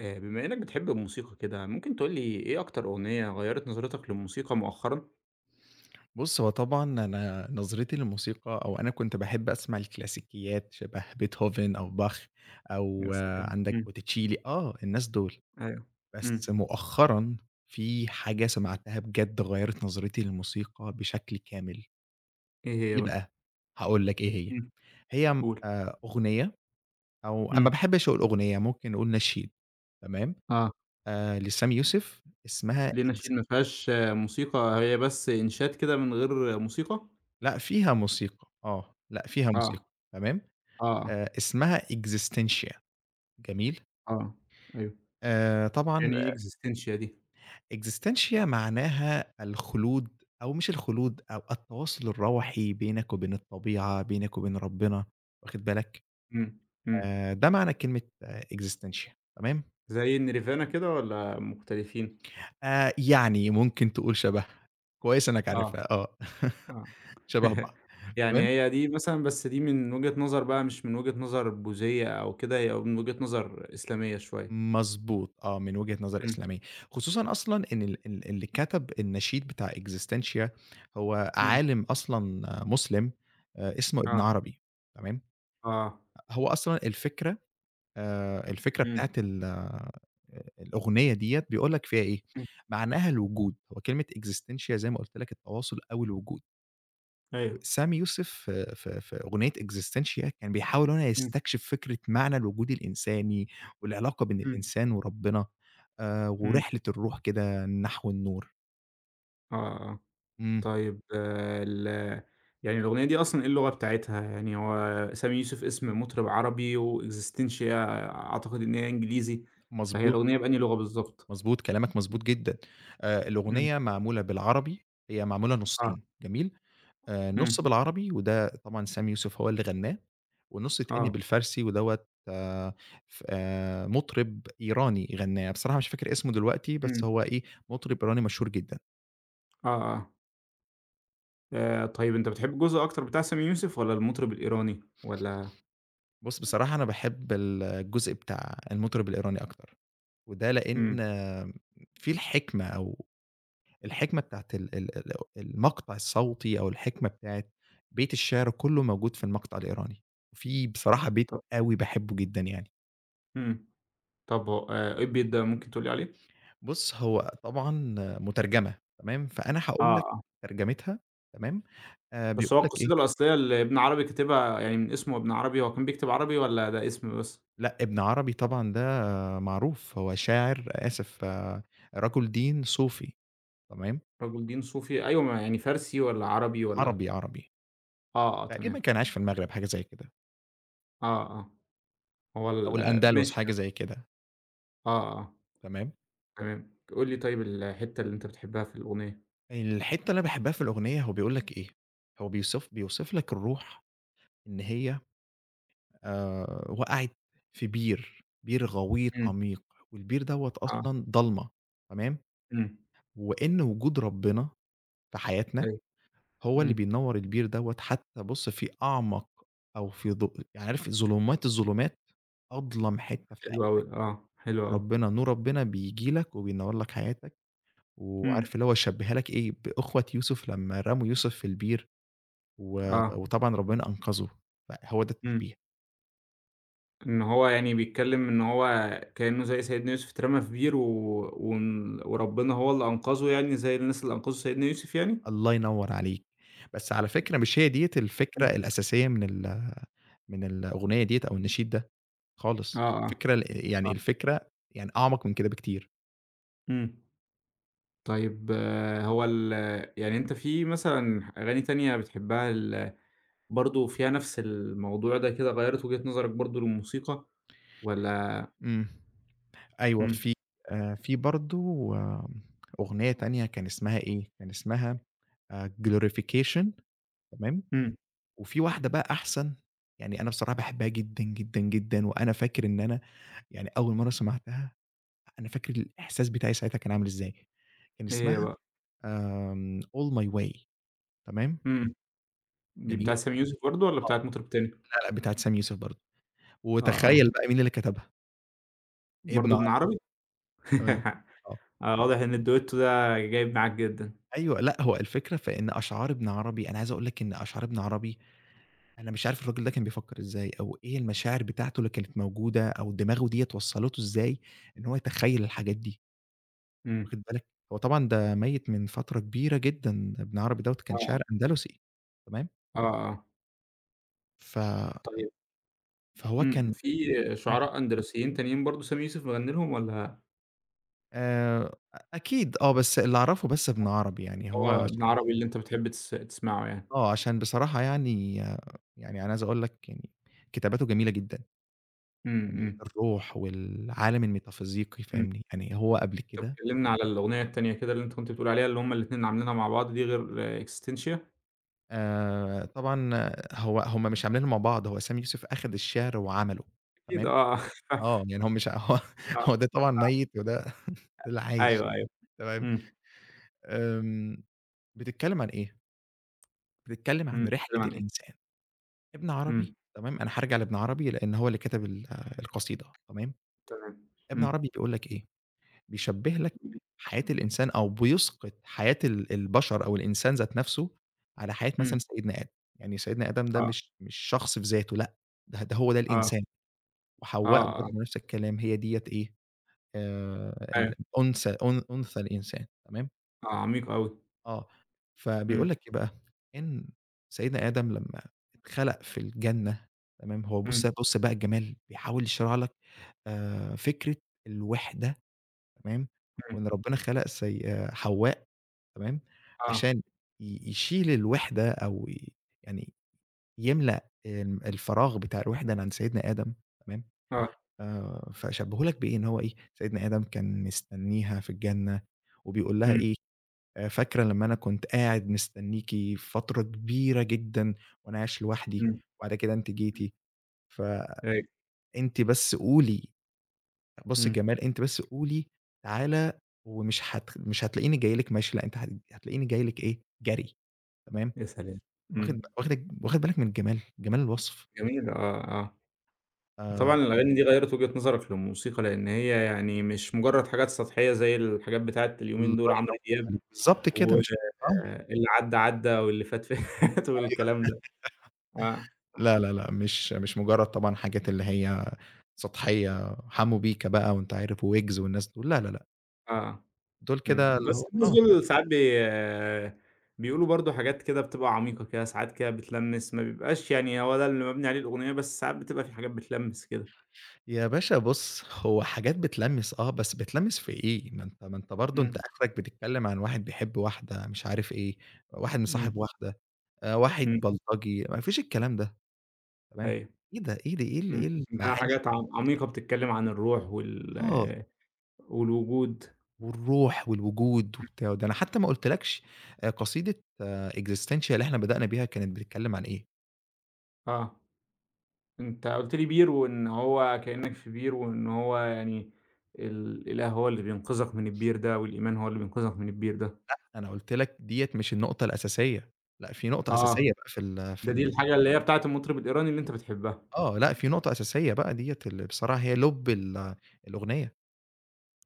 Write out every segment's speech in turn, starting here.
بما إنك بتحب الموسيقى كده، ممكن تقول لي إيه أكتر أغنية غيّرت نظرتك للموسيقى مؤخرًا؟ بُص، هو طبعًا أنا نظرتي للموسيقى أو أنا كنت باحب أسمع الكلاسيكيات شبه بيتهوفن أو باخ يا أو سلام! عندك إمم. بوتيتشيلي، الناس دول. أيوه. بس إمم. مؤخرًا في حاجة سمعتها بجد غيّرت نظرتي للموسيقى بشكل كامل، إيه هي إيه بقى؟ بقى؟ هاقول لك إيه هي. إمم. هي م قُل. أغنية، أو أنا ما إمم. باحبش أقول أغنية، ممكن نقول نشيد. تمام؟ آه. لسامي يوسف اسمها ليه إكس. نشيد ما فيهاش موسيقى، هي بس إنشاد كده من غير موسيقى؟ لأ، فيها موسيقى، لأ، فيها آه، موسيقى. تمام؟ آه، اسمها Existentia. جميل؟ آه، أيوه. طبعًا يعني إيه Existencia دي؟ Existentia معناها الخلود، أو مش الخلود، أو التواصل الروحي بينك وبين الطبيعة، بينك وبين ربنا. واخد بالك؟ إمم، إمم. ده معنى كلمة Existentia. تمام؟ زي النيرفانا كده والّا مختلفين؟ يعني ممكن تقول شبهها. كويس إنك آه، عارفها، آه. شبه بعض. يعني تمام؟ هي دي مثلًا بس دي من وجهة نظر بقى مش من وجهة نظر بوذية أو كده، هي من وجهة نظر إسلامية شوية. مضبوط، من وجهة نظر إمم، إسلامية. خصوصًا أصلًا إن ال ال اللي كتب النشيد بتاع إكزيستنشيا هو إمم، عالم أصلًا، مسلم. اسمه ابن آه، عربي. تمام. آه، هو أصلًا الفكرة إمم، بتاعة ال الأغنية ديّة، بيقول لك فيها إيه. إمم، معناها الوجود، هو كلمة إكزيستنشيا زي ما قُلت لك التواصل أو الوجود. أيوه، سامي يوسف في أغنية "إكزيستنشيا" كان بيحاول هنا إمم، يستكشف فكرة معنى الوجود الإنساني، والعلاقة بين إمم، الإنسان وربنا، إمم، ورحلة الروح كده نحو النور. آه، آه، إمم، طيب آه ال يعني الأغنية دي أصلًا إيه اللغة بتاعتها؟ يعني هو سامي يوسف اسم مطرب عربي وExistential أعتقد إن هي إنجليزي، فهي مضبوط، الأغنية بأنهي لغة بالضبط؟ مضبوط، كلامك مضبوط جدًا. إمم، الأغنية معمولة بالعربي، هي معمولة آه، نُصّين. جميل؟ نُص إمم، بالعربي وده طبعًا سامي يوسف هو اللي غناه، والنُص التاني آه، بالفارسي ودوّة، ف مطرب إيراني غناه. بصراحة مش فاكر اسمه دلوقتي، بس إمم، هو إيه، مطرب إيراني مشهور جدًا. آه، آه. طيب أنت بتحب الجزء أكتر بتاع سامي يوسف والّا المطرب الإيراني والّا بُص، بصراحة أنا باحب الجزء بتاع المطرب الإيراني أكتر، وده إمم، لإن في الحكمة، أو الحكمة بتاعة ال ال ال المقطع الصوتي، أو الحكمة بتاعة بيت الشعر كُلّه موجود في المقطع الإيراني. وفي بصراحة بيت طب أوي باحبه جدًا يعني. إمم، طب هو إيه البيت ده ممكن تقول لي عليه؟ بُص، هو طبعًا مترجمة. تمام، فأنا آه، هاقول لك آه، ترجمتها. تمام. بس بيقول هو لك إيه. القصيدة الأصلية اللي ابن عربي كاتبها يعني من اسمه ابن عربي، هو كان بيكتب عربي والّا ده اسم بس؟ لأ، ابن عربي طبعًا ده معروف، هو شاعر، آسف، رجل دين صوفي. تمام. رجل دين صوفي أيوه ما يعني فارسي والّا عربي والّا عربي، عربي. آه، آه، تقريبًا تمام، كان عايش في المغرب، حاجة زي كده، آه، آه، هو ال أو الأندلس، ماشي حاجة زي تمام، كده. آه، آه، تمام. تمام، قُل لي طيب الحتة اللي أنت بتحبها في الأغنية. الحتّة اللي أنا باحبها في الأغنية، هو بيقول لك إيه. هو بيوصف لك الروح، إن هي وقعت في بير، بير غويط إمم، عميق. والبير دوّة آه، أصلًا ضلمة. تمام. إمم، وإن وجود ربنا في حياتنا أيوه، هو اللي إمم، بينوّر البير دوّة، حتى بُص في أعمق، أو في ضو، يعني عارف، ظلمات الظلمات، أظلم حتّة في حلو أوي، حياتك. آه، حلو أوي، ربنا نور، ربنا بييجي لك وبينوّر لك حياتك، إمم، وعارف اللي هو شبّيها لك إيه، بأخوة يوسف لمّا رموا يوسف في البير، و آه، وطبعًا ربنا أنقذه. فهو ده إمم. التشبيه. إن هو يعني بيتكلم إن هو كأنه زي سيدنا يوسف اترمى في بير و... وربنا هو اللي أنقذه يعني زي الناس اللي أنقذوا سيدنا يوسف يعني؟ الله ينوّر عليك. بس على فكرة مش هي ديّة الفكرة إمم. الأساسية من من الأغنية ديّة أو النشيد ده آه، خالص. آه، الفكرة ال يعني آه. الفكرة يعني أعمق من كده بكتير. إمم. طيب آه، هو ال يعني أنت في مثلًا أغاني تانية بتحبها برضه فيها نفس الموضوع ده كده غيّرت وجهة نظرك برضه للموسيقى والّا إمم. أيوه، إمم، في، في برضه، آمم أغنية تانية كان اسمها إيه، كان اسمها glorification. تمام؟ إمم. وفي واحدة بقى أحسن، يعني أنا بصراحة باحبها جدًا، جدًا، جدًا. وأنا فاكر إن أنا يعني أول مرّة سمعتها، أنا فاكر الإحساس بتاعي ساعتها كان عامل إزاي. كان إيه هي اسمها بقى؟ All My Way. تمام. إمم. دي جميل. بتاعة سامي يوسف برضه والّا آه. بتاعة مطرب تاني؟ لأ، لأ، بتاعة سامي يوسف برضه. آه، آه. وتخيّل بقى مين اللي كتبها. ابن برضه ابن عربي. عربي؟ تمام. آه. آه، واضح إن الduetto ده جايب معاك جدًا. أيوه. لأ، هو الفكرة في إن أشعار ابن عربي أنا عايز أقول لك إن أشعار ابن عربي، أنا مش عارف الراجل ده كان بيفكّر إزاي، أو إيه المشاعر بتاعته اللي كانت موجودة، أو دماغه ديّة وصّلته إزاي إن هو يتخيّل الحاجات دي. إمم. واخد بالك. هو طبعًا ده ميّت من فترة كبيرة جدًا، ابن عربي دوّة كان آه، شاعر أندلسي. تمام. آه، آه. ف طيب فهو إمم، كان، في شعراء أندلسيين تانيين برضه سامي يوسف مغني لهم والّا آآ أكيد، بس اللي أعرفه بس ابن عربي، يعني هو هو عشان، ابن عربي اللي أنت بتحب تسمعه يعني؟ عشان بصراحة يعني، أنا عايز أقول لك يعني كتاباته جميلة جدًا. إمم، يعني إمم، الروح والعالم الميتافيزيقي إمم. فاهمني، يعني هو قبل طب كده، كلّمنا على الأغنية التانية كده اللي أنت كنت بتقول عليها اللي هم الاتنين عاملينها مع بعض دي غير Existential؟ طبعًا هو هم مش عاملينها مع بعض. هو سامي يوسف أخد الشعر وعمله. أكيد تمام. آه، آه، يعني هو مش هو آه، هو ده طبعًا آه. ميّت، وده ده اللي عايش. أيوه، أيوه. تمام. إمم، آمم، بتتكلّم عن إيه؟ بتتكلّم إمم. عن رحلة بتتكلم عن إيه؟ الإنسان. ابن عربي، إمم، تمام، أنا هارجع لابن عربي لإن هو اللي كتب القصيدة. تمام. تمام. ابن إمم، عربي بيقول لك إيه، بيشبّه لك حياة الإنسان، أو بيسقط حياة البشر أو الإنسان ذات نفسه، على حياة إمم. مثلًا سيدنا آدم. يعني سيدنا آدم ده آه، مش شخص في ذاته، لأ، ده هو ده آه، الإنسان. آه، وحواء برضه آه. نفس الكلام هي ديّة إيه، أيوه، ال أنثى، أنثى الإنسان. تمام. آه، عميقة أوي. آه، فبيقول إمم، لك إيه بقى، إن سيدنا آدم لمّا اتخلق في الجنة، تمام، هو بُص إمم، بُص بقى الجمال، بيحاول يشرح لك فكرة الوحدة. تمام. إمم. وإن ربنا خلق سي آه، حواء. تمام. آه، عشان يشيل الوحدة، أو يعني يملأ الفراغ بتاع الوحدة اللي عند سيدنا آدم. تمام. آه. فشبّهوا لك بإيه؟ إن هو إيه، سيدنا آدم كان مستنّيها في الجنة، وبيقول لها إمم، إيه، "فاكرة لمّا أنا كنت قاعد مستنّيكِ فترة كبيرة جدًا، وأنا عايش لوحدي، إمم. وبعد كده أنتِ جيتِ، فأنتِ أيوه، بس قولي، بُصّي إمم. الجمال، أنتِ بس قولي تعالَ، ومش هت مش هتلاقيني جاي لِك مَشي، لأ، أنتِ هتلاقيني جاي لِك إيه، جري." تمام. يا سلام! واخد ب إمم. واخد واخد بالك من الجمال، جمال الوصف. جميل آه، آه. وطبعًا الأغاني دي غيّرت وجهة نظرك للموسيقى، لإن هي يعني مش مجرّد حاجات سطحية زي الحاجات بتاعة الله اليومين دول عمرو ينوّر دياب عليك، بالضبط كده، مش. آه. واللي عدّى، عدّى واللي فات، فات أيوه. والكلام ده. آه، لا، لا، لأ، مش مجرّد طبعًا حاجات اللي هي سطحية، حمو بيكا بقى، وأنت عارف، وويجز والناس دول. لا، لا، لأ، آه، دول إمم. كده اللي بس هو الناس دول ساعات بيقولوا برضه حاجات كده بتبقى عميقة كده، ساعات كده بتلمِّس، ما بيبقاش يعني هو ده اللي مبني عليه الأغنية، بس ساعات بتبقى في حاجات بتلمِّس كده. يا باشا بُص، هو حاجات بتلمّس، بس بتلمّس في إيه؟ ما أنت برضه أنت إمم، آخرك بتتكلّم عن واحد بيحب واحدة مش عارف إيه، واحد إمم، مصاحب واحدة، واحد إمم، بلطجي، ما فيش الكلام ده. تمام. أيوه. إيه ده، إيه ده، إيه إمم، ده المعاني. حاجات عميقة بتتكلم عن الروح آه، والوجود، والروح والوجود وبتاع. ده أنا حتى ما قُلتلكش، قصيدة، existential اللي إحنا بدأنا بيها كانت بتتكلّم عن إيه. آه، أنت قُلت لي بير وإن هو كإنك في بير وإن هو يعني الإله هو اللي بينقذك من البير ده، والإيمان هو اللي بينقذك من البير ده، أنا قُلت لك ديّة مش النقطة الأساسية. لأ، في نقطة آه، أساسية بقى في ال في دي ال الحاجة اللي هي بتاعة المطرب الإيراني اللي أنت بتحبها، آه، لأ، في نقطة أساسية بقى ديّة، اللي بصراحة هي لُب الأغنية.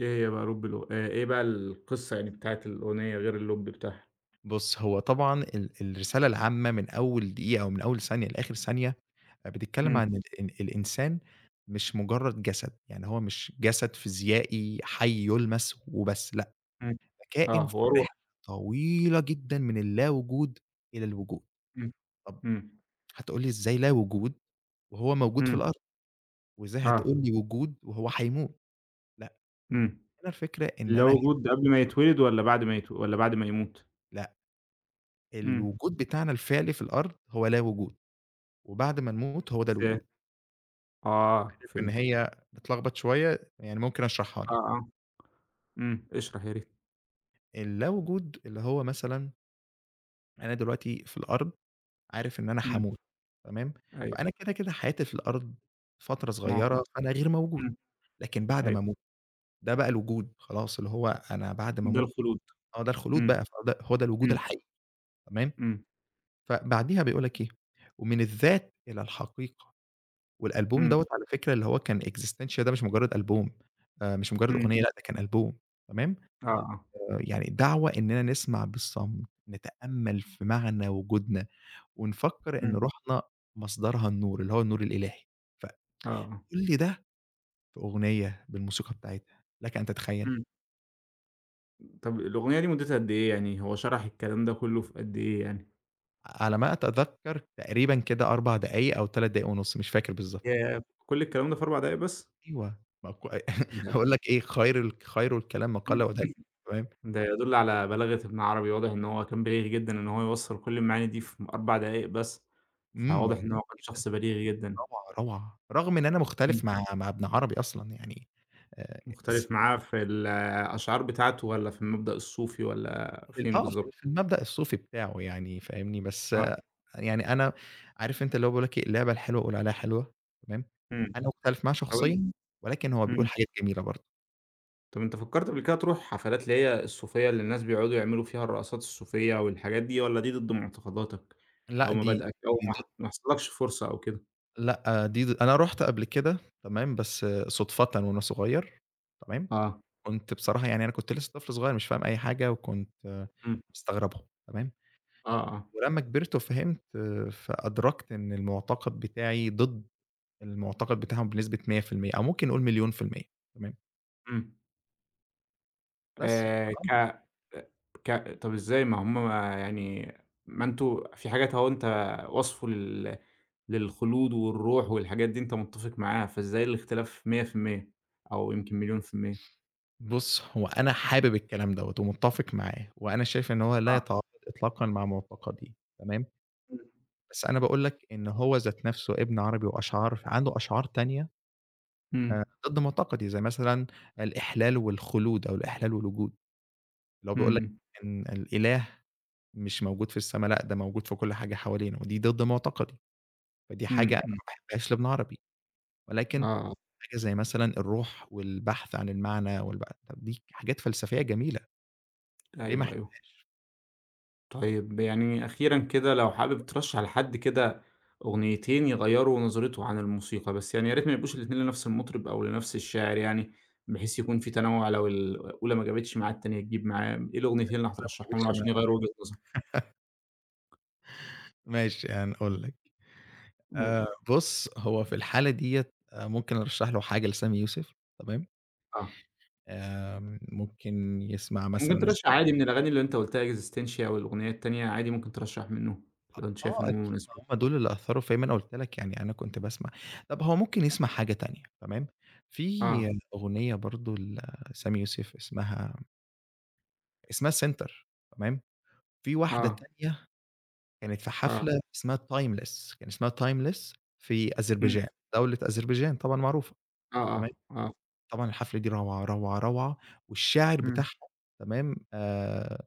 إيه هي بقى لُب الأغ إيه بقى القصة يعني بتاعة الأغنية غير اللُب بتاعها؟ بُص، هو طبعًا الرسالة العامة من أول دقيقة أو من أول ثانية لآخر ثانية، بتتكلم إمم، عن ال ال الإنسان، مش مجرد جسد، يعني هو مش جسد فيزيائي حي يُلمس وبس، لأ، إمم، ده آه، كائن في هو روح، رحلة طويلة جدًا من اللا وجود إلى الوجود. إمم، طب إمم، هتقول لي إزاي لا وجود وهو موجود في إمم، الأرض؟ وإزاي آه، هتقول لي وجود وهو هيموت؟ لأ، إمم، هنا الفكرة إن اللي أنا هو هنا، وجود قبل ما يتولد والّا بعد ما يموت؟ لأ، إمم. الوجود بتاعنا الفعلي في الأرض هو لا وجود، وبعد ما نموت هو ده إزاي؟ الوجود. آه شايف إن فهمتك، هي بتلخبط شوية، يعني ممكن أشرحها لك. آه، آه، إمم، اشرح يا ريت، اللا وجود اللي هو مثلًا أنا دلوقتي في الأرض، عارف إن أنا إمم، هاموت. تمام؟ أيوه، فأنا كده، كده حياتي في الأرض فترة صغيرة، مؤقتة، فأنا غير موجود، إمم، لكن بعد ما أيوه، أموت ده بقى الوجود، خلاص اللي هو أنا بعد ما ده أموت الخلود، هو ده الخلود إمم، بقى، فهو ده هو ده الوجود إمم، الحقيقي. تمام؟ إمم، فبعديها بيقول لك إيه، "ومن الذات إلى الحقيقة." والألبوم إمم، دوّة على فكرة اللي هو كان Existential، ده مش مجرّد ألبوم، مش مجرّد إمم، أغنية، لأ، ده كان ألبوم. تمام. آه، آه، يعني دعوة إننا نسمع بالصمت، نتأمّل في معنى وجودنا، ونفكّر إن إمم، روحنا مصدرها النور، اللي هو النور الإلهي. آه، آه، فكل ده في أغنية بالموسيقى بتاعتها، لك أن تتخيّل. إمم، طب الأغنية دي مدتها قد إيه يعني، هو شرح الكلام ده كلّه في قد إيه يعني؟ على ما أتذكّر تقريبًا كده 4 دقايق أو 3 دقايق ونُص، مش فاكر بالضبط. ياه! كل الكلام ده في 4 دقايق بس! أيوه، ما كو أ ده هاقول لك إيه، خير الكلام ما قل إمم، وَدَل. تمام. ده يدل على بلاغة ابن عربي، واضح إن هو كان بليغ جدًا إن هو يوصّل كل المعاني دي في 4 دقايق بس، إمم، فواضح إن هو كان جدًا، شخص بليغ جدًا، روعة، روعة، رغم إن أنا إمم. مختلف مع ابن عربي أصلًا يعني. بس مختلف معاه في الأشعار بتاعته والّا في المبدأ الصوفي والّا في ال فين آه، في بالضبط؟ في المبدأ الصوفي بتاعه يعني فاهمني. بس آه، يعني أنا عارف أنت اللي هو بيقول لك إيه، اللعبة الحلوة قُل عليها حلوة. تمام. إمم، أنا مختلف معاه طب أن شخصيًا، ولكن هو بيقول إمم، حاجات جميلة برضه. طب أنت فكّرت قبل كده تروح حفلات اللي هي الصوفية اللي الناس بيقعدوا يعملوا فيها الرقصات الصوفية والحاجات دي والّا دي ضد معتقداتك لأ، أو دي مبادئك أو دي ضد ما حصلكش فرصة أو كده؟ لأ دي ض أنا رُحت قبل كده. تمام. بس صُدفةً وأنا صغير. تمام. آه، كنت بصراحة يعني أنا كنت لسه طفل صغير مش فاهم أي حاجة، وكنت إمم، مستغربهم. تمام. آه، آه، ولمّا كبرت وفهمت، فأدركت إن المعتقد بتاعي ضد المعتقد بتاعهم بنسبة 100% أو ممكن نقول مليون في المِيّة. تمام. إمم. بس فآه ك أ ك طَب إزاي؟ ما هم ما يعني ما أنتم في حاجات أهو أنت وصفه للخلود والروح والحاجات دي أنت متّفق معاها، فإزاي الاختلاف 100% أو يمكن مليون في المِيّة؟ بُص، هو أنا حابب الكلام دوّة ومتّفق معاه، وأنا شايف إن هو لا آه، يتعارض إطلاقًا مع معتقدي. تمام. بس أنا باقول لك إن هو ذات نَفْسه ابن عربي، فعنده أشعار تانية، إمم. ضد معتقدي، زي مثلًا الإحلال والخلود أو الإحلال والوجود. اللي هو إمم، بيقول لك إمم، إن الإله مش موجود في السما، لأ ده موجود في كل حاجة حوالينا، ودي ضد معتقدي، فدي إمم، حاجة أنا إمم، إمم، ما باحبهاش لابن عربي. ولكن آه، حاجة زي مثلًا الروح والبحث عن المعنى، طب دي حاجات فلسفية جميلة، ليه ما أيوه، أيوه. هنقولها. طيب يعني أخيرًا كده لو حابب ترشّح لحد كده أغنيتين يغيّروا نظرته عن الموسيقى، بس يعني يا ريت ما يبقوش الاتنين لنفس المطرب أو لنفس الشاعر يعني، بحيث يكون في تنوُّع لو الأولى ما جابتش معاه التانية تجيب معاه، إيه الأغنيتين اللي ما هترشّحهم له جابتش عشان معايا؟ يغيّروا وجهة نظره؟ ماشي، هنقول لك. قُل. بُص، هو في الحالة ديّة ممكن أرشّح له حاجة لسامي يوسف. تمام. آه، ممكن يسمع ممكن مثلًا. ترشّح عادي من الأغاني اللي أنت قُلتها Existencia والأغنية التانية عادي ممكن ترشّح منّهم، لو أنت شايف آه إن هُم أكيد، ما مناسبين. هم دول اللي أثّروا فيّا، ما أنا قُلت لك يعني أنا كنت باسمع. طَب هو ممكن يسمع حاجة تانية. تمام. في آه، أغنية برضه لسامي يوسف اسمها سنتر. تمام. في واحدة آه، تانية كانت في آه، حفلة اسمها timeless، كان اسمها timeless في إمم، أذربيجان، دولة أذربيجان طبعًا معروفة. آه، تمام. آه، آه، طبعًا الحفلة دي روعة، روعة، روعة، والشاعر إمم. بتاعها، تمام، آآ،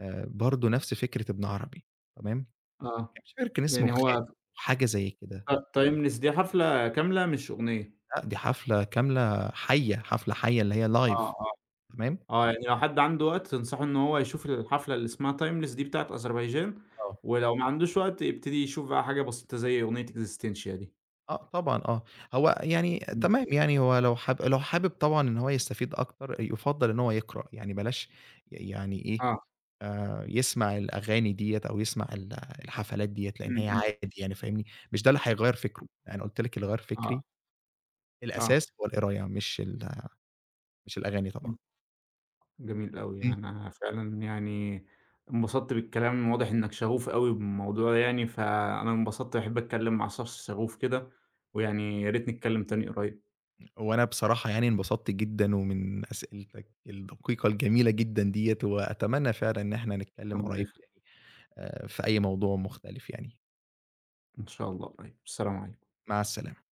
آآ برضه نفْس فكرة ابن عربي. تمام. آه، كان مش فاكر، كان اسمه يعني خالد، هو حاجة زي كده. Timeless دي حفلة كاملة مش أغنية. لأ، دي حفلة كاملة حيّة، حفلة حيّة اللي هي live. آه، آه، تمام؟ آه، يعني لو حد عنده وقت تنصحه إن هو يشوف الحفلة اللي اسمها timeless دي بتاعة أذربيجان، آه. ولو ما عندوش وقت يبتدي يشوف بقى حاجة بسيطة زي أغنية existentia دي. آه، طبعًا آه. هو يعني إمم، تمام، يعني هو لو حابب طبعًا إن هو يستفيد أكتر، يُفضّل إن هو يقرأ. يعني بلاش يعني إيه، آه، يسمع الأغاني ديّة أو يسمع الحفلات ديّة، لإن إمم، هي إمم، عادي يعني فاهمني. مش ده اللي هيغيّر فكره، يعني أنا قُلت لِك اللي غيّر آه، فكري آه، الأساس هو القراية، مش ال مش الأغاني طبعًا. إمم، جميل أوي، أنا فعلًا يعني انبسطت بالكلام، واضح إنك شغوف أوي بالموضوع يعني، فأنا انبسطت باحب أتكلم مع شخص شغوف كده، ويعني يا ريت نتكلم تاني قريب، وأنا بصراحة يعني انبسطت جدًا ومن أسئلتك الدقيقة الجميلة جدًا ديّة، وأتمنى فعلًا إن إحنا نتكلم ربنا قريب يخليك، تاني، في أي موضوع مختلف يعني. إن شاء الله قريب، السلام عليكم. مع السلامة.